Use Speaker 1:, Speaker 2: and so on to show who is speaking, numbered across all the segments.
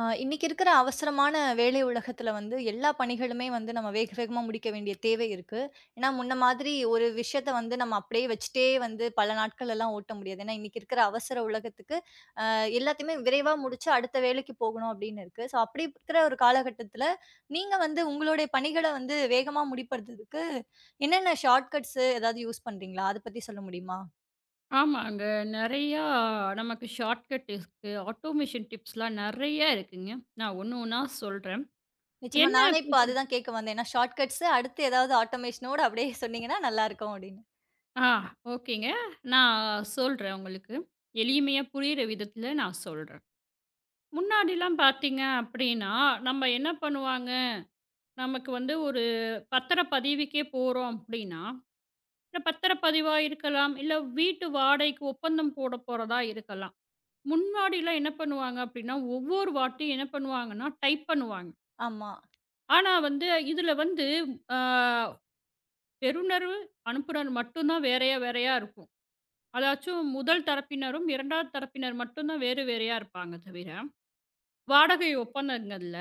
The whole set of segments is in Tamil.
Speaker 1: இன்னைக்கு இருக்கிற அவசரமான வேலை உலகத்துல வந்து எல்லா பணிகளுமே வந்து நம்ம வேக வேகமா முடிக்க வேண்டிய தேவை இருக்கு. ஏன்னா முன்ன மாதிரி ஒரு விஷயத்த வந்து நம்ம அப்படியே வச்சுட்டே வந்து பல நாட்கள் எல்லாம் ஓட்ட முடியாது. ஏன்னா இன்னைக்கு இருக்கிற அவசர உலகத்துக்கு எல்லாத்தையுமே விரைவா முடிச்சு அடுத்த வேலைக்கு போகணும் அப்படின்னு இருக்கு. ஸோ அப்படி இருக்கிற ஒரு காலகட்டத்துல நீங்க வந்து உங்களுடைய பணிகளை வந்து வேகமா முடிப்பதற்கு என்னென்ன ஷார்ட்கட்ஸ் ஏதாவது யூஸ் பண்றீங்களா? அத பத்தி சொல்ல முடியுமா?
Speaker 2: ஆமாங்க. நெறையா நமக்கு ஷார்ட்கட் இருக்கு. ஆட்டோமேஷன் டிப்ஸ்லாம் நெறைய இருக்குங்க. நான் ஒண்ணு ஒண்ணா சொல்றேன்.
Speaker 1: நிச்சயமா
Speaker 2: என்ன
Speaker 1: நானே
Speaker 2: அப்டி
Speaker 1: இப்ப
Speaker 2: சொல்
Speaker 1: அதுதான் கேட்க வந்தேன். ஏன்னா ஷார்ட்கட்ஸ் அடுத்து ஏதாவது ஆட்டோமேஷனோட அப்படியே சொன்னீங்கன்னா நல்லா இருக்கும் அப்படின்னு.
Speaker 2: ஆ ஓகேங்க. நான் சொல்றேன் உங்களுக்கு. எளிமையா புரியிற விதத்துல நான் சொல்றேன். முன்னாடிலாம் பார்த்தீங்க அப்டின்னா, நம்ம என்ன பண்ணுவாங்க, நமக்கு வந்து ஒரு பத்திரப்பதிவுக்கே போறோம் அப்டின்னா, இந்த பத்திரப்பதிவா இருக்கலாம், இல்ல வீட்டு வாடகைக்கு ஒப்பந்தம் போட போறதா இருக்கலாம். முன்னாடிலாம் என்ன பண்ணுவாங்க அப்டின்னா, ஒவ்வொரு வாட்டியும் என்ன பண்ணுவாங்கன்னா, டைப் பண்ணுவாங்க.
Speaker 1: ஆமா.
Speaker 2: ஆனா வந்து, இதுல வந்து அ பெறுநர், அனுப்புனர் மட்டும் தான் வேறையா இருக்கும். அதாச்சும் முதல் தரப்பினரும், 2வது தரப்பினர் மட்டும் தான் வேறு வேறையா இருப்பாங்க தவிர, வாடகை ஒப்பந்தங்கள்ல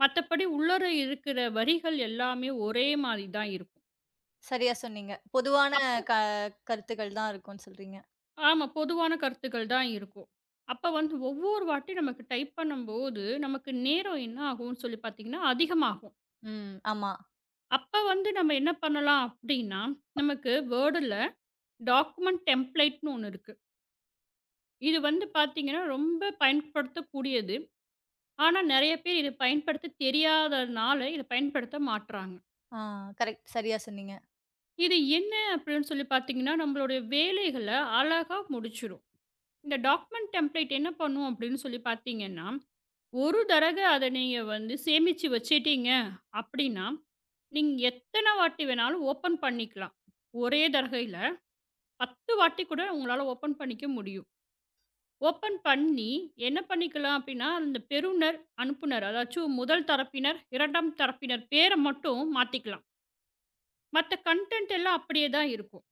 Speaker 2: மத்தபடி உள்ளர இருக்கிற வரிகள் எல்லாமே ஒரே மாரி தான் இருக்கும்.
Speaker 1: சரியா சொன்னீங்க. பொதுவான
Speaker 2: அப்ப
Speaker 1: க கருத்துக்கள் தான் இருக்கும்னு சொல்றீங்க.
Speaker 2: ஆமா. பொதுவான கருத்துக்கள் தான் இருக்கும். அப்ப வந்து ஒவ்வொரு வாட்டி நமக்கு டைப் பண்ணும்போது, நமக்கு நேரம் என்ன ஆகும்னு சொல்லி பார்த்தீங்கன்னா, அதிகமாகும்.
Speaker 1: ம். ஆமா.
Speaker 2: அப்ப வந்து நம்ம என்ன பண்ணலாம் அப்படின்னா, நமக்கு Wordல டாக்குமென்ட் டெம்ப்ளேட்ன்னு ஒண்ணு இருக்கு. இது வந்து பார்த்தீங்கன்னா, ரொம்ப பயன்படுத்தக்கூடியது. ஆனா, நெறைய பேர் இத பயன்படுத்த தெரியாதனால, இத பயன்படுத்த மாட்றாங்க.
Speaker 1: ஆ, கரெக்ட். சரியா சொன்னீங்க.
Speaker 2: இது என்ன அப்படின்னு சொல்லி பார்த்தீங்கன்னா, நம்மளுடைய வேலைகள அழகா முடிச்சிரும். இந்த டாக்குமென்ட் டெம்ப்ளேட் என்ன பண்ணும் அப்படின்னு சொல்லி பார்த்தீங்கன்னா, ஒரு தடக அத நீங்க வந்து சேமிச்சு வச்சுட்டீங்க அப்படின்னா, நீங்க எத்தன வாட்டி வேணாலும் ஓப்பன் பண்ணிக்கலாம். ஒரே தடவையில 10 வாட்டி கூட உங்களால ஓப்பன் பண்ணிக்க முடியும். ஓப்பன் பண்ணி என்ன பண்ணிக்கலாம் அப்டின்னா, அந்த பெறுநர், அனுப்புனர் அதாச்சும் முதல் தரப்பினர், 2ஆம் தரப்பினர் பேர மட்டும் மாத்திக்கலாம். மத்த கன்டென்ட் எல்லாம் அப்படியே தான் இருக்கும்.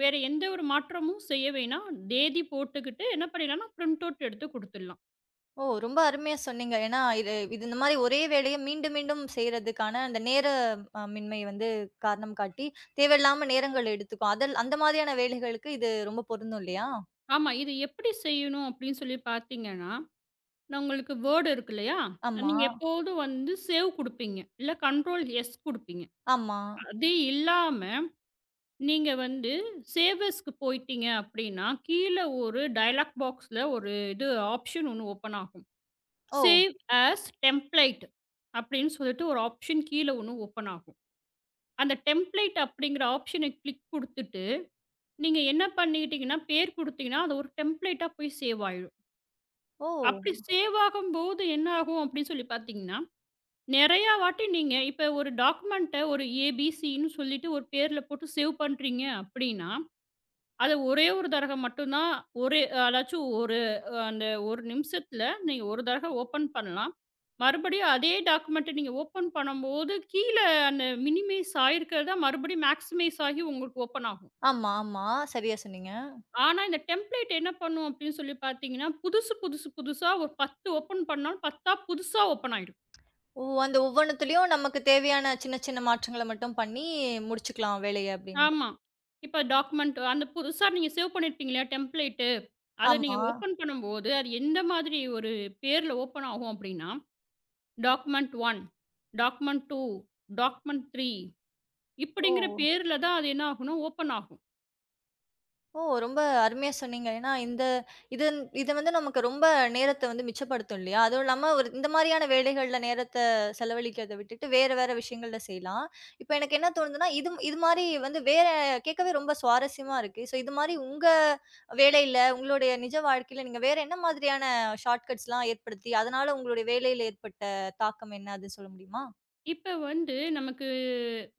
Speaker 2: வேற எந்த ஒரு மாற்றமும் செய்ய வேணாம். தேதி போட்டுக்கிட்டு என்ன பண்ணிடலாம்னா, பிரிண்ட் அவுட் எடுத்து குடுத்துடலாம்.
Speaker 1: ஓ! ரொம்ப அருமையா சொன்னீங்க. ஏன்னா, இது இது இந்த மாரி ஒரே வேலைய மீண்டும், மீண்டும் செய்றதுக்கான அந்த நேர மின்மை வந்து காரணம் காட்டி, தேவையில்லாம நேரங்கள் எடுத்துக்கும். அதல் அந்த மாதிரியான வேலைகளுக்கு இது ரொம்ப பொருந்தும் இல்லையா?
Speaker 2: ஆமா. இது எப்படி செய்யணும் அப்படின்னு சொல்லி பார்த்தீங்கன்னா, நான் உங்களுக்கு வேர்ட் இருக்கு இல்லையா?
Speaker 1: ஆமா,
Speaker 2: நீங்க எப்போதும் வந்து சேவ் குடுப்பீங்க. இல்ல கண்ட்ரோல் எஸ் குடுப்பீங்க.
Speaker 1: ஆமா.
Speaker 2: அது இல்லாம நீங்க வந்து சேவர்ஸ்க்கு போயிட்டீங்க அப்படின்னா, கீழ ஒரு டயலாக் பாக்ஸ்ல ஒரு இது ஆப்ஷன் ஒண்ணு ஓப்பன் ஆகும்.
Speaker 1: ஓ!
Speaker 2: சேவ் ஆஸ் டெம்ப்ளேட் அப்படின்னு சொல்லிட்டு ஒரு ஆப்ஷன் கீழ ஒண்ணு ஓப்பன் ஆகும். அந்த டெம்ப்ளேட் அப்படிங்கிற ஆப்ஷன கிளிக் குடுத்துட்டு, நீங்க என்ன பண்ணிக்கிட்டீங்கன்னா, பேர் குடுத்தீங்கன்னா, அது ஒரு டெம்ப்ளேட்டா போய் சேவ் ஆயிடும்.
Speaker 1: ஓ!
Speaker 2: அப்படி சேவ் ஆகும்போது என்ன ஆகும் அப்படின்னு சொல்லி பார்த்தீங்கன்னா, நெறையா வாட்டி நீங்க இப்ப ஒரு டாக்குமெண்ட்ட ஒரு ஏபிசின்னு சொல்லிட்டு ஒரு பேர்ல போட்டு சேவ் பண்றீங்க அப்படின்னா அது ஒரே ஒரு தடக மட்டும் தான் ஒரே அதாச்சும் ஒரு அந்த 1 நிமிஷத்துல நீங்க ஒரு தடக ஓப்பன் பண்ணலாம். மறுபடியும் அதே டாக்குமெண்ட்ட நீங்க ஓப்பன் பண்ணும்போது, கீழ அந்த மினிமைஸ் ஆயிருக்கிறதா மறுபடியும் மேக்ஸிமைஸ் ஆகி உங்களுக்கு ஓப்பன் ஆகும்.
Speaker 1: ஆமா, ஆமா. சரியா சொன்னீங்க.
Speaker 2: ஆனா, இந்த டெம்ப்ளேட் என்ன பண்ணும் அப்படின்னு சொல்லி பார்த்தீங்கன்னா, புதுசு புதுசு புதுசா ஒரு 10 ஓப்பன் பண்ணாலும் 10ஆ புதுசா ஓப்பன் ஆயிடும்.
Speaker 1: ஓ! அந்த ஒவ்வொன்னுத்துலயும் நமக்கு தேவையான சின்ன, சின்ன மாற்றங்கள மட்டும் பண்ணி முடிச்சுக்கலாம் வேலைய அப்படின்னு.
Speaker 2: ஆமா. இப்ப டாக்குமெண்ட் அந்த புதுசா நீங்க சேவ் பண்ணியிருப்பீங்க இல்லையா டெம்ப்ளேட்டு. அத
Speaker 1: ஆமா.
Speaker 2: நீங்க ஓப்பன் பண்ணும்போது, அது எந்த மாதிரி ஒரு பேர்ல ஓப்பன் ஆகும் அப்படின்னா டாக்குமெண்ட் 1, டாக்குமெண்ட் 2, டாக்குமெண்ட் 3
Speaker 1: ஓ!
Speaker 2: இப்படிங்கிற பேர்ல தான் அது என்ன ஆகும்னா, ஓப்பன் ஆகும்.
Speaker 1: ஓ! ரொம்ப அருமையா சொன்னீங்க. ஏன்னா, இந்த இது இது வந்து நமக்கு ரொம்ப நேரத்த வந்து மிச்சப்படுத்தும் இல்லையா? அதுவும் இல்லாம ஒரு இந்த மாரியான வேலைகள்ல நேரத்த செலவழிக்கிறத விட்டுட்டு, வேற வேற விஷயங்கள்ல செய்யலாம். இப்ப எனக்கு என்ன தோணுதுன்னா, இது இது மாரி வந்து வேற கேட்கவே ரொம்ப சுவாரஸ்யமா இருக்கு. ஸோ இது மாரி உங்க வேலையில, உங்களுடைய நிஜ வாழ்க்கையில நீங்க வேற என்ன மாதிரியான ஷார்ட்கட்ஸ்லாம் ஏற்படுத்தி, அதனால உங்களுடைய வேலையில ஏற்பட்ட தாக்கம் என்ன? அது சொல்ல முடியுமா?
Speaker 2: இப்ப வந்து நமக்கு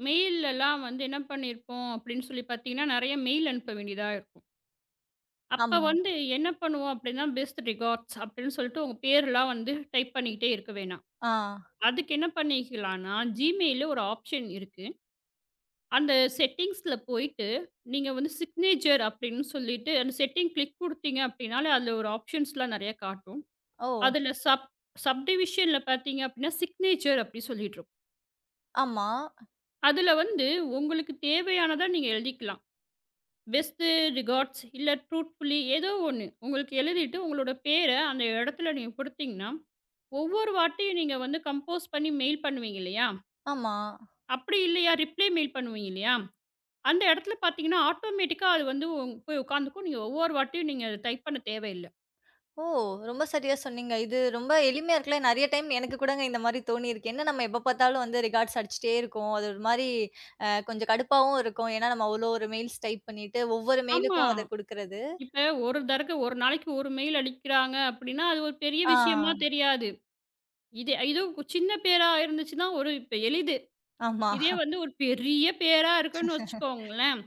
Speaker 2: மெயில்லலாம் வந்து என்ன பண்ணியிருப்போம் அப்படின்னு சொல்லி பார்த்தீங்கன்னா, நெறைய மெயில் அனுப்ப வேண்டியதா இருக்கும். அப்ப
Speaker 1: ஆமா.
Speaker 2: வந்து என்ன பண்ணுவோம் அப்படின்னா, பெஸ்ட் ரிகார்ட்ஸ் அப்படின்னு சொல்லிட்டு உங்க பேர்லாம் வந்து டைப் பண்ணிக்கிட்டே இருக்க வேணாம்.
Speaker 1: ஆ.
Speaker 2: அதுக்கு என்ன பண்ணிக்கலாம்னா, Gmailல ஒரு ஆப்ஷன் இருக்கு. அந்த செட்டிங்ஸ்ல போயிட்டு, நீங்க வந்து சிக்னேச்சர் அப்படின்னு சொல்லிட்டு அந்த செட்டிங் கிளிக் குடுத்தீங்க அப்படின்னாலே, அதுல ஒரு ஆப்ஷன்ஸ்லாம் நெறைய காட்டும்.
Speaker 1: ஓ!
Speaker 2: அதில சப்டிவிஷன்ல பார்த்தீங்க அப்டின்னா, சிக்னேச்சர் அப்டி சொல்லிட்ருக்கும்.
Speaker 1: ஆமா,
Speaker 2: அதில வந்து உங்களுக்கு தேவையானத நீங்க எழுதிக்கலாம். பெஸ்ட் ரிகார்ட்ஸ் இல்ல ட்ரூத்ஃபுல்லி ஏதோ ஒண்ணு. உங்களுக்கு எழுதிட்டு உங்களோட பேர அந்த இடத்துல நீங்க குடுத்தீங்கன்னா, ஒவ்வொரு வாட்டியும் நீங்க வந்து கம்போஸ் பண்ணி மெயில் பண்ணுவீங்க இல்லையா?
Speaker 1: ஆமா.
Speaker 2: அப்டி இல்லையா ரிப்ளை மெயில் பண்ணுவீங்க இல்லையா? அந்த இடத்துல பார்த்தீங்கன்னா, ஆட்டோமேட்டிக்கா அது வந்து போய் உட்காந்துக்கும். நீங்க ஒவ்வொரு வாட்டியும் நீங்க அத டைப் பண்ண தேவையில்ல.
Speaker 1: ஓ! ரொம்ப சரியா சொன்னீங்க. இது ரொம்ப எளிமையா இருக்குல்ல. நெறைய டைம் எனக்கு கூடங்க இந்த மாரி தோணியிருக்கு. என்ன நம்ம எப்ப பார்த்தாலும் வந்து ரிகார்ட்ஸ் அடிச்சுட்டே இருக்கோம். அது ஒரு மாரி கொஞ்சம் கடுப்பாவும் இருக்கும். ஏன்னா, நம்ம அவ்வளோ ஒரு மெயில்ஸ் டைப் பண்ணிட்டு, ஒவ்வொரு
Speaker 2: ஆமா.
Speaker 1: மெயிலுக்கும் அத குடுக்குறது.
Speaker 2: இப்ப ஒரு தடக்க ஒரு நாளைக்கு ஒரு மெயில் அடிக்கிறாங்க அப்டின்னா, அது ஒரு பெரிய
Speaker 1: ஆ,
Speaker 2: விஷயமா தெரியாது. இது இதுவும் சின்ன பேரா இருந்துச்சுன்னா ஒரு இப்ப எளிது.
Speaker 1: ஆமா.
Speaker 2: இதே வந்து ஒரு பெரிய பேரா இருக்குன்னு வச்சுக்கோங்களேன்.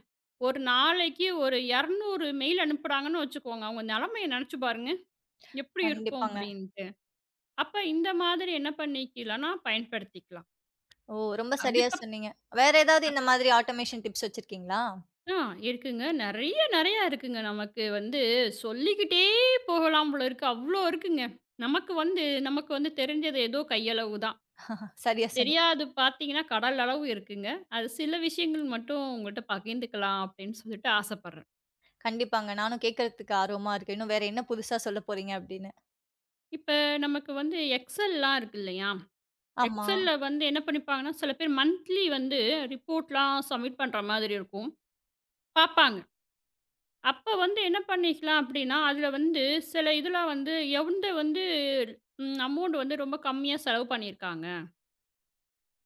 Speaker 2: ஒரு நாளைக்கு ஒரு 200 மெயில் அனுப்புறாங்கன்னு வச்சுக்கோங்க. அவங்க நிலைமைய நினைச்சு பாருங்க. எப்படி இருக்கும்
Speaker 1: கண்டிப்பாங்க.
Speaker 2: அப்படின்ட்டு. அப்ப இந்த மாதிரி என்ன பண்ணிக்கலாம்னா பயன்படுத்திக்கலாம்.
Speaker 1: ஓ! ரொம்ப சரியா
Speaker 2: அதுக்கப்
Speaker 1: சொன்னீங்க. வேற ஏதாவது இந்த மாதிரி ஆட்டோமேஷன் டிப்ஸ் வச்சிருக்கீங்களா?
Speaker 2: ஆ இருக்குங்க. நெறையா இருக்குங்க. நமக்கு வந்து சொல்லிக்கிட்டே போகலாம் போல இருக்கு. அவ்ளோ இருக்குங்க. நமக்கு வந்து நமக்கு வந்து தெரிஞ்சது ஏதோ கையளவு தான்.
Speaker 1: சரியா சொன்னீங்க.
Speaker 2: தெரியாது பார்த்தீங்கன்னா, கடல் அளவு இருக்குங்க. அது சில விஷயங்கள் மட்டும் உங்கள்ட்ட பகிர்ந்துக்கலாம் அப்படின்னு சொல்லிட்டு ஆசைப்படுறேன்.
Speaker 1: கண்டிப்பாங்க. நானும் கேட்கறதுக்கு ஆர்வமா இருக்கேன். இன்னும் வேற என்ன புதுசா சொல்லப் போறீங்க அப்படின்னு.
Speaker 2: இப்ப நமக்கு வந்து எக்ஸெல்லாம் இருக்கு இல்லையா?
Speaker 1: ஆமா.
Speaker 2: எக்ஸெல்ல வந்து என்ன பண்ணிப்பாங்கன்னா, சில பேர் மந்த்லி வந்து ரிப்போர்ட்லாம் சப்மிட் பண்ற மாதிரி இருக்கும். பார்ப்பாங்க. அப்ப வந்து என்ன பண்ணிக்கலாம் அப்படின்னா, அதுல வந்து சில இதெல்லாம் வந்து எந்த வந்து ம் அமௌண்ட் வந்து ரொம்ப கம்மியா செலவு பண்ணியிருக்காங்க.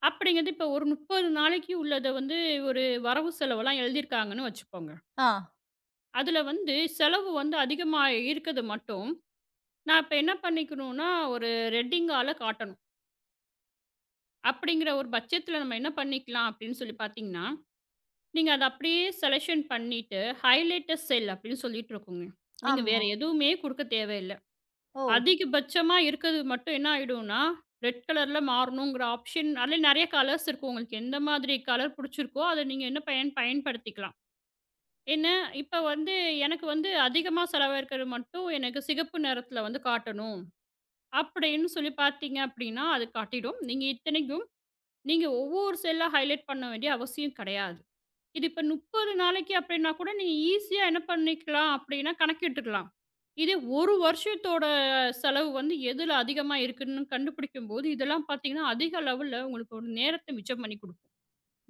Speaker 2: அப்படிங்கிறது இப்ப ஒரு 30 நாளைக்கு உள்ளத வந்து ஒரு வரவு செலவெல்லாம் எழுதியிருக்காங்கன்னு வச்சுக்கோங்க.
Speaker 1: ஆ,
Speaker 2: அதில வந்து செலவு வந்து அதிகமா இருக்கிறது மட்டும், நான் இப்ப என்ன பண்ணிக்கணும்னா, ஒரு ரெட்டிங்கால காட்டணும். அப்படிங்கிற ஒரு பட்சத்தில நம்ம என்ன பண்ணிக்கலாம் அப்படின்னு சொல்லி பார்த்தீங்கன்னா, நீங்க அத அப்படியே செலக்ஷன் பண்ணிட்டு, ஹைலைட்டர் செல் அப்படின்னு சொல்லிட்டு இருக்குங்க. நீங்க வேற
Speaker 1: ஆமா.
Speaker 2: எதுவுமே குடுக்க தேவையில்ல.
Speaker 1: ஓ!
Speaker 2: அதிகபட்சமா இருக்கிறது மட்டும் என்ன ஆயிடும்னா, ரெட் கலர்ல மாறணுங்கிற ஆப்ஷன் அதில நெறைய கலர்ஸ் இருக்கும். உங்களுக்கு எந்த மாதிரி கலர் புடிச்சிருக்கோ, அத நீங்க என்ன பயன்படுத்திக்கலாம். என்ன, இப்ப வந்து எனக்கு வந்து அதிகமா செலவழிக்கிறது மட்டும் எனக்கு சிகப்பு நிறத்துல வந்து காட்டணும். அப்படின்னு சொல்லி பார்த்தீங்க அப்படின்னா, அது காட்டிடும். நீங்க இத்தனைக்கும் நீங்க ஒவ்வொரு செல்லா ஹைலைட் பண்ண வேண்டிய அவசியம் கிடையாது. இது இப்ப 30 நாளைக்கு அப்படின்னா கூட நீங்க ஈஸியா என்ன பண்ணிக்கலாம் அப்படின்னா கணக்கிட்டுக்கலாம். இதே 1 வருஷத்தோட செலவு வந்து எதுல அதிகமா இருக்குன்னு கண்டுபிடிக்கும்போது, இதெல்லாம் பார்த்தீங்கன்னா அதிக லெவல்ல உங்களுக்கு ஒரு நேரத்த மிச்சம் பண்ணி குடுக்கும்.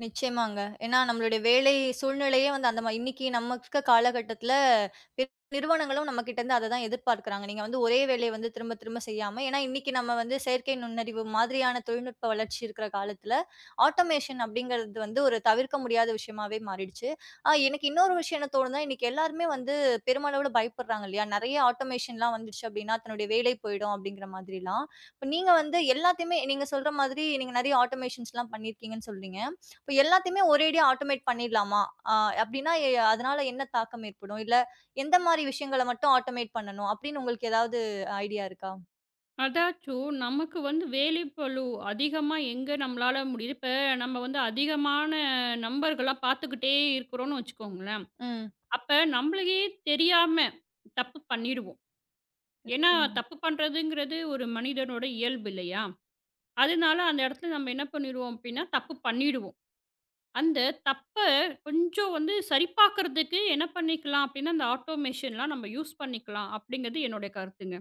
Speaker 1: நிச்சயமாங்க. ஏன்னா நம்மளுடைய வேலை சூழ்நிலையே வந்து அந்த இன்னைக்கு நம்ம இருக்க காலகட்டத்தில நிறுவனங்களும் நம்ம கிட்ட இருந்து அத தான் எதிர்பார்க்கிறாங்க. நீங்க வந்து ஒரே வேலைய வந்து திரும்ப திரும்ப செய்யாம, ஏன்னா இன்னைக்கு நம்ம வந்து செயற்கை நுண்ணறிவு மாதிரியான தொழில்நுட்ப வளர்ச்சி இருக்கிற காலத்தில, ஆட்டோமேஷன் அப்படிங்கிறது வந்து ஒரு தவிர்க்க முடியாத விஷயமாவே மாறிடுச்சு. எனக்கு இன்னொரு விஷயம் என்ன தோணுதுன்னா, இன்னைக்கு எல்லாருமே வந்து பெருமளவுல பயப்படுறாங்க இல்லையா? நெறைய ஆட்டோமேஷன்லாம் வந்துடுச்சு அப்படின்னா, தன்னுடைய வேலை போயிடும் அப்படிங்கிற மாதிரிலாம். இப்ப நீங்க வந்து எல்லாத்தையுமே நீங்க சொல்ற மாதிரி நீங்க நெறைய ஆட்டோமேஷன்ஸ்லாம் பண்ணியிருக்கீங்கன்னு சொல்றீங்க. இப்ப எல்லாத்தையுமே ஒரேடியா ஆட்டோமேட் பண்ணிடலாமா? அ அப்டின்னா அதனால என்ன தாக்கம் ஏற்படும்? இல்ல எந்த மாரி விஷயங்கள மட்டும் ஆட்டோமேட் பண்ணணும்? அப்டின்னு உங்களுக்கு ஏதாவது ஐடியா இருக்கா?
Speaker 2: அதாச்சும் நமக்கு வந்து வேலைப்பளு அதிகமா எங்க நம்மளால முடியுது? இப்ப நம்ம வந்து அதிகமான நம்பர்களா பார்த்துக்கிட்டே இருக்கிறோம்னு வச்சுக்கோங்களேன்.
Speaker 1: ம்.
Speaker 2: அப்ப நம்மளுக்கே தெரியாம தப்பு பண்ணிடுவோம். ஏன்னா,
Speaker 1: நிச்சயமா.
Speaker 2: தப்பு பண்றதுங்கிறது ஒரு மனிதனோட இயல்பு இல்லையா? அதனால அந்த இடத்துல நம்ம என்ன பண்ணிருவோம் அப்படின்னா, தப்பு பண்ணிடுவோம். அந்த தப்ப கொஞ்சம் வந்து சரிபார்க்கறதுக்கு என்ன பண்ணிக்கலாம் அப்படின்னா, அந்த ஆட்டோமேஷன்லாம் நம்ம யூஸ் பண்ணிக்கலாம் அப்படிங்கிறது என்னுடைய கருத்துங்க.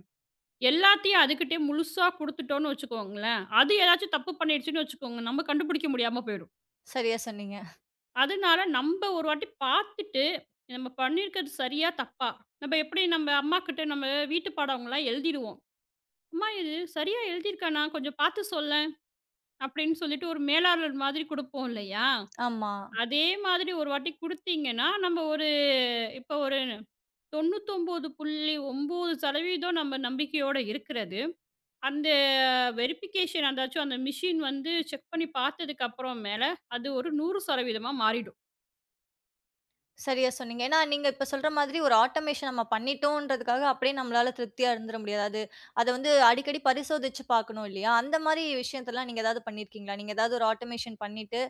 Speaker 2: எல்லாத்தையும் அதுகிட்டயே முழுசா குடுத்துட்டோம்னு வச்சுக்கோங்களேன், அது ஏதாச்சும் தப்பு பண்ணிடுச்சுன்னு வச்சுக்கோங்க, நம்ம கண்டுபிடிக்க முடியாம போயிடும்.
Speaker 1: சரியா சொன்னீங்க.
Speaker 2: அதனால நம்ப ஒரு வாட்டி பார்த்துட்டு, நம்ம பண்ணியிருக்கிறது சரியா? தப்பா? நம்ம எப்படி நம்ம அம்மாகிட்ட நம்ம வீட்டு பாடம்லாம் எழுதிடுவோம். "அம்மா இது சரியா எழுதியிருக்கேனா? கொஞ்சம் பார்த்து சொல்லேன்." அப்படின்னு சொல்லிட்டு ஒரு மேலாளர் மாதிரி குடுப்போம் இல்லையா?
Speaker 1: ஆமா.
Speaker 2: அதே மாதிரி ஒரு வாட்டி குடுத்தீங்கன்னா, நம்ம ஒரு இப்ப ஒரு 99.9% நம்ம நம்பிக்கையோட இருக்கிறது. அந்த வெரிஃபிகேஷன் அதாச்சும் அந்த மிஷின் வந்து செக் பண்ணி பார்த்ததுக்கு அப்புறம் மேல, அது ஒரு 100% மாறிடும்.
Speaker 1: சரியா சொன்னீங்க. ஏன்னா, நீங்க இப்ப சொல்ற மாதிரி ஒரு ஆட்டோமேஷன் நம்ம பண்ணிட்டோன்றதுக்காக அப்படியே நம்மளால திருப்தியா இருந்துற முடியாது. அது அத வந்து அடிக்கடி பரிசோதிச்சு பார்க்கணும் இல்லையா? அந்த மாரி விஷயத்தலாம் நீங்க ஏதாவது பண்ணியிருக்கீங்களா? நீங்க ஏதாவது ஒரு ஆட்டோமேஷன் பண்ணிட்டு,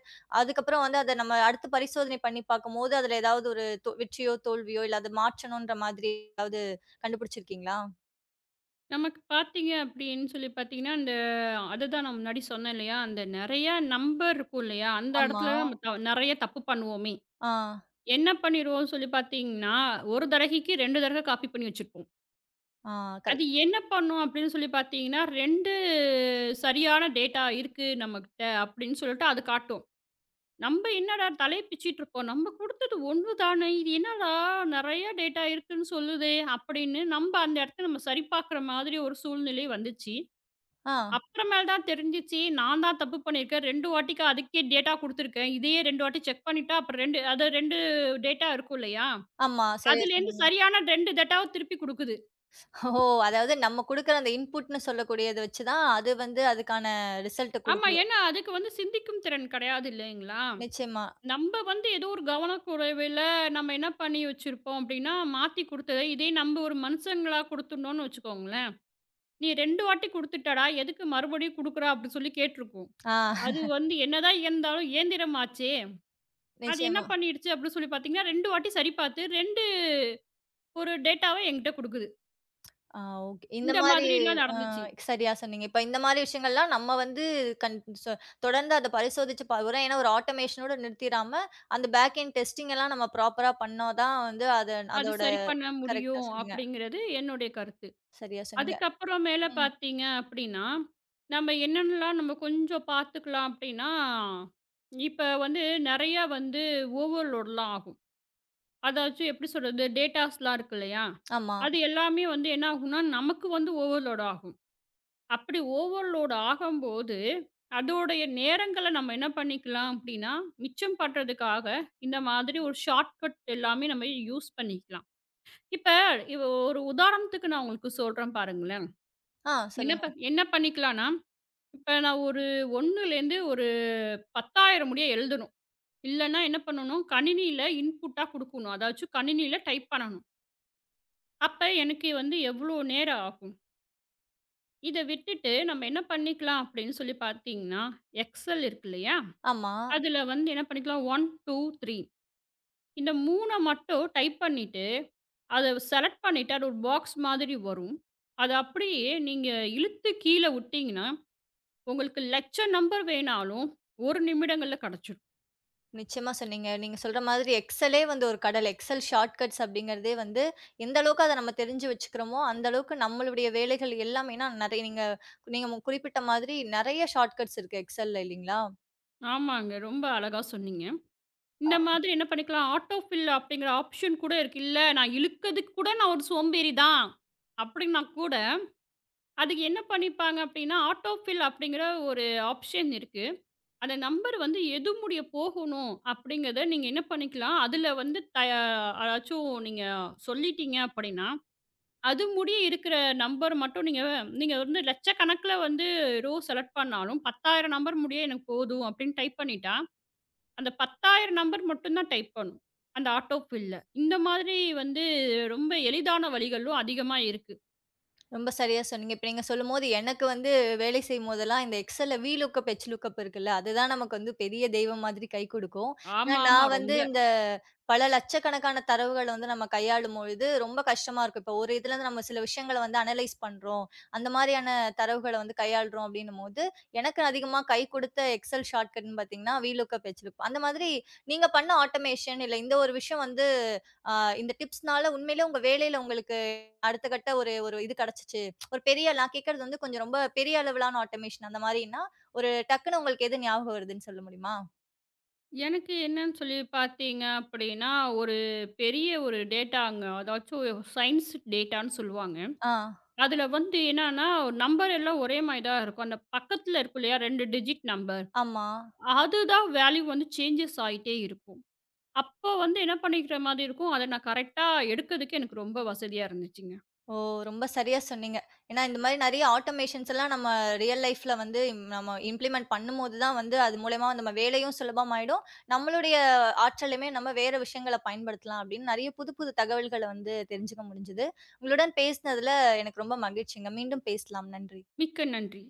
Speaker 1: அதுக்கப்புறம் வந்து அத நம்ம அடுத்து பரிசோதனை பண்ணி பார்க்கும்போது, அதுல ஏதாவது ஒரு வெற்றியோ, தோல்வியோ இல்ல அத மாற்றணுன்ற மாதிரி ஏதாவது கண்டுபிடிச்சிருக்கீங்களா?
Speaker 2: நமக்கு பார்த்தீங்க அப்படின்னு சொல்லி பார்த்தீங்கன்னா, அந்த அதுதான் நான் முன்னாடி சொன்னேன் இல்லையா? அந்த நெறைய நம்பர் இருக்கும் இல்லையா? அந்த
Speaker 1: ஆமா.
Speaker 2: இடத்துல நம்ம நெறைய தப்பு பண்ணுவோமே!
Speaker 1: ஆ,
Speaker 2: என்ன பண்ணிருவோம்னு சொல்லி பார்த்தீங்கன்னா, ஒரு தடவைக்கு 2 தடவை காப்பி பண்ணி வச்சிருப்போம்.
Speaker 1: ஆ,
Speaker 2: அது
Speaker 1: கரெக்ட்.
Speaker 2: என்ன பண்ணும் அப்படின்னு சொல்லி பார்த்தீங்கன்னா, 2 சரியான டேட்டா இருக்கு நம்மகிட்ட அப்படின்னு சொல்லிட்டு அது காட்டும். நம்ம என்னடா தலைய பிச்சிட்டு இருப்போம். நம்ம குடுத்தது ஒண்ணு தானே! இது என்னடா நெறைய டேட்டா இருக்குன்னு சொல்லுதே! அப்படின்னு நம்ப அந்த இடத்த நம்ம சரி பார்க்குற மாதிரி ஒரு சூழ்நிலை வந்துச்சு.
Speaker 1: ஆ,
Speaker 2: அப்புறமேல் தான் தெரிஞ்சுச்சு, நான் தான் தப்பு பண்ணியிருக்கேன். 2 வாட்டிக்கு அதுக்கே டேட்டா குடுத்துருக்கேன். இதையே 2 வாட்டி செக் பண்ணிட்டா, அப்புறம் 2 டேட்டா இருக்கும் இல்லையா?
Speaker 1: ஆமா. சரியா
Speaker 2: அதுலேருந்து
Speaker 1: சொன்னீங்க.
Speaker 2: சரியான 2 டேட்டாவ திருப்பி குடுக்குது.
Speaker 1: ஓ! அதாவது நம்ம குடுக்குற அந்த இன்புட்ன்னு சொல்லக்கூடியத வச்சு தான், அது வந்து அதுக்கான ரிசல்ட்ட
Speaker 2: ஆமா,
Speaker 1: குடுக்குது.
Speaker 2: ஏன்னா அதுக்கு வந்து சிந்திக்கும் திறன் கிடையாது இல்லைங்களா?
Speaker 1: நிச்சயமா.
Speaker 2: நம்ப வந்து ஏதோ ஒரு கவனக்குறைவுல நம்ம என்ன பண்ணி வச்சிருப்போம் அப்படின்னா, மாத்தி குடுத்தத இதே நம்ப ஒரு மனுஷங்களா குடுத்துருந்தோம்னு வச்சுக்கோங்களேன், "நீ 2 வாட்டி குடுத்துட்டடா, எதுக்கு மறுபடியும் குடுக்குற?" அப்படின்னு சொல்லி கேட்டுருக்கும்.
Speaker 1: ஆ.
Speaker 2: அது வந்து என்னதான் இருந்தாலும் இயந்திரம் ஆச்சே, அது என்ன
Speaker 1: நிச்சயமா.
Speaker 2: பண்ணிடுச்சு அப்படின்னு சொல்லி பார்த்தீங்கன்னா, 2 வாட்டி சரி பார்த்து 2 ஒரு டேட்டாவ என்கிட்ட குடுக்குது.
Speaker 1: ஆ, ஓகே. இந்த
Speaker 2: இந்த
Speaker 1: மாரி
Speaker 2: மாதிரிலாம் நடந்துச்சு.
Speaker 1: சரியா சொன்னீங்க. இப்ப இந்த மாரி விஷயங்கள்லாம் நம்ம வந்து கண் சொ தொடர்ந்து அத பரிசோதிச்சு பார்க்கிறோம். ஏன்னா ஒரு ஆட்டோமேஷனோட நிறுத்திராம, அந்த பேக் எண்ட் டெஸ்டிங் எல்லாம் நம்ம ப்ராப்பரா பண்ணா தான் வந்து அத
Speaker 2: அது
Speaker 1: அதோட
Speaker 2: சரி பண்ண
Speaker 1: கரெக்ட்டா
Speaker 2: முடியும்
Speaker 1: சொன்னீங்க.
Speaker 2: அப்படிங்கிறது என்னுடைய கருத்து.
Speaker 1: சரியா சொன்னீங்க.
Speaker 2: அதுக்கப்புறம் மேல
Speaker 1: ம்.
Speaker 2: பார்த்தீங்க அப்படின்னா, நம்ம என்னென்னலாம் நம்ம கொஞ்சம் பார்த்துக்கலாம் அப்படின்னா, இப்ப வந்து நெறையா வந்து ஓவர்லோட்லாம் ஆகும். அதாச்சும் எப்படி சொல்றது? டேட்டாஸ்லாம் இருக்கு இல்லையா?
Speaker 1: ஆமா.
Speaker 2: அது எல்லாமே வந்து என்ன ஆகும்னா, நமக்கு வந்து ஓவர்லோட் ஆகும். அப்படி ஓவர்லோட் ஆகம்போது, அதோடைய நேரங்கள நம்ம என்ன பண்ணிக்கலாம் அப்படின்னா, மிச்சம் பண்றதுக்காக இந்த மாதிரி ஒரு ஷார்ட்கட் எல்லாமே நம்ம யூஸ் பண்ணிக்கலாம். இப்ப இவ ஒரு உதாரணத்துக்கு நான் உங்களுக்கு சொல்றேன் பாருங்களேன்.
Speaker 1: ஆ, சொல்லுங்க.
Speaker 2: என்ன பண்ணிக்கலான்னா, இப்ப நான் ஒரு 1லேருந்து ஒரு 10,000 முடிய எழுதணும். இல்லன்னா என்ன பண்ணணும், கணினியில இன்புட்டா குடுக்கணும். அதாச்சும் கணினியில டைப் பண்ணணும். அப்ப எனக்கு வந்து எவ்வளோ நேரம் ஆகும்? இத விட்டுட்டு நம்ம என்ன பண்ணிக்கலாம் அப்படின்னு சொல்லி பார்த்தீங்கன்னா, எக்ஸல் இருக்கு இல்லையா?
Speaker 1: ஆமா.
Speaker 2: அதுல வந்து என்ன பண்ணிக்கலாம், 1, 2, 3 இந்த 3 மட்டும் டைப் பண்ணிட்டு, அத செலக்ட் பண்ணிட்டு, அது ஒரு பாக்ஸ் மாதிரி வரும். அத அப்படியே நீங்க இழுத்து கீழ விட்டீங்கன்னா உங்களுக்கு லட்சம் நம்பர் வேணாலும், 1 நிமிடங்கள்ல கெடச்சிடும்.
Speaker 1: நிச்சயமா சொன்னீங்க. நீங்க சொல்ற மாதிரி எக்ஸலே வந்து ஒரு கடல். எக்ஸல் ஷார்ட்கட்ஸ் அப்படிங்கிறதே வந்து எந்த அளவுக்கு அத நம்ம தெரிஞ்சு வச்சுக்கிறோமோ, அந்த அளவுக்கு நம்மளுடைய வேலைகள் எல்லாமேனா நெறைய நீங்க நீங்க குறிப்பிட்ட மாதிரி நெறைய ஷார்ட்கட்ஸ் இருக்கு எக்ஸல்ல இல்லீங்களா?
Speaker 2: ஆமாங்க. ரொம்ப அழகா சொன்னீங்க. இந்த மாதிரி என்ன பண்ணிக்கலாம், ஆட்டோ ஃபில் அப்படிங்கிற ஆப்ஷன் கூட இருக்கு. இல்ல நான் இழுக்கதுக்கு கூட நான் ஒரு சோம்பேறி தான். அப்படின்னா கூட, அதுக்கு என்ன பண்ணிப்பாங்க அப்படின்னா, ஆட்டோ ஃபில் அப்படிங்கிற ஒரு ஆப்ஷன் இருக்கு. அந்த நம்பர் வந்து எது முடிய போகணும் அப்படிங்கிறத நீங்க என்ன பண்ணிக்கலாம், அதுல வந்து அதாச்சும் நீங்க சொல்லிட்டீங்க அப்படின்னா அது முடிய இருக்கிற நம்பர் மட்டும் நீங்க நீங்க வந்து லட்சக்கணக்குல வந்து ரோ செலக்ட் பண்ணாலும் 10,000 நம்பர் முடிய எனக்கு போதும் அப்படின்னு டைப் பண்ணிட்டா, அந்த 10,000 நம்பர் மட்டும் தான் டைப் பண்ணும். அந்த ஆட்டோ ஃபில்ல. இந்த மாதிரி வந்து ரொம்ப எளிதான வழிகளும் அதிகமா இருக்கு.
Speaker 1: ரொம்ப சரியா சொன்னீங்க. இப்ப நீங்க சொல்லும்போது, எனக்கு வந்து வேலை செய்யும்போதெல்லாம் இந்த எக்ஸல்ல வி லுக்கப், எச் லுக்கப் இருக்குல்ல, அதுதான் நமக்கு வந்து பெரிய தெய்வம் மாதிரி கை குடுக்கும். ஏன்னா
Speaker 2: ஆமா, ஆமா.
Speaker 1: நான் வந்து
Speaker 2: ரொம்ப.
Speaker 1: இந்த பல லட்சக்கணக்கான தரவுகள வந்து நம்ம கையாளும் பொழுது ரொம்ப கஷ்டமா இருக்கும். இப்போ ஒரு இதுலருந்து நம்ம சில விஷயங்கள வந்து அனலைஸ் பண்றோம். அந்த மாரியான தரவுகள வந்து கையாளுறோம் அப்டின்னும்போது, எனக்கு அதிகமா கை குடுத்த எக்ஸல் ஷார்ட்கட்ன்னு பாத்தீங்கன்னா, வி லுக்கப், எச் லுக்கப். அந்த மாதிரி நீங்க பண்ண ஆட்டோமேஷன் இல்ல இந்த ஒரு விஷயம் வந்து, அ இந்த டிப்ஸ்னால உண்மையிலே உங்க வேலையில உங்களுக்கு அடுத்த கட்ட ஒரு ஒரு இது கிடைச்சுச்சு. ஒரு பெரிய நான் கேட்கறது வந்து கொஞ்சம் ரொம்ப பெரிய அளவிலான ஆட்டோமேஷன் அந்த மாரின்னா, ஒரு டக்குனு உங்களுக்கு எது ஞாபகம் வருதுன்னு சொல்ல முடியுமா?
Speaker 2: எனக்கு என்னன்னு சொல்லி பார்த்தீங்க அப்படின்னா, ஒரு பெரிய ஒரு டேட்டாங்க. அதாச்சும் சயின்ஸ் டேட்டான்னு சொல்லுவாங்க.
Speaker 1: ஆ,
Speaker 2: அதுல வந்து என்னன்னா நம்பர் எல்லாம் ஒரே மாரி தான் இருக்கும். அந்த பக்கத்துல இருக்கும் இல்லையா 2 டிஜிட் நம்பர்.
Speaker 1: ஆமா.
Speaker 2: அதுதான் வேல்யூ வந்து சேஞ்சஸ் ஆயிட்டே இருக்கும். அப்போ வந்து என்ன பண்ணிக்கிற மாதிரி இருக்கும், அத நான் கரெக்ட்டா எடுக்கறதுக்கு எனக்கு ரொம்ப வசதியா இருந்துச்சுங்க.
Speaker 1: ஓ! ரொம்ப சரியா சொன்னீங்க. ஏன்னா இந்த மாரி நெறைய ஆட்டோமேஷன்ஸ் எல்லாம் நம்ம ரியல் லைஃப்ல வந்து நம்ம இம்ப்ளிமெண்ட் பண்ணும்போது தான் வந்து அது மூலியமா நம்ம வேலையும் சுலபமாயிடும். நம்மளுடைய ஆற்றலையுமே நம்ம வேற விஷயங்கள பயன்படுத்தலாம் அப்படின்னு நெறைய புது புது தகவல்கள வந்து தெரிஞ்சுக்க முடிஞ்சது. உங்களுடன் பேசினதுல எனக்கு ரொம்ப மகிழ்ச்சிங்க. மீண்டும் பேசலாம். நன்றி.
Speaker 2: மிக்க நன்றி.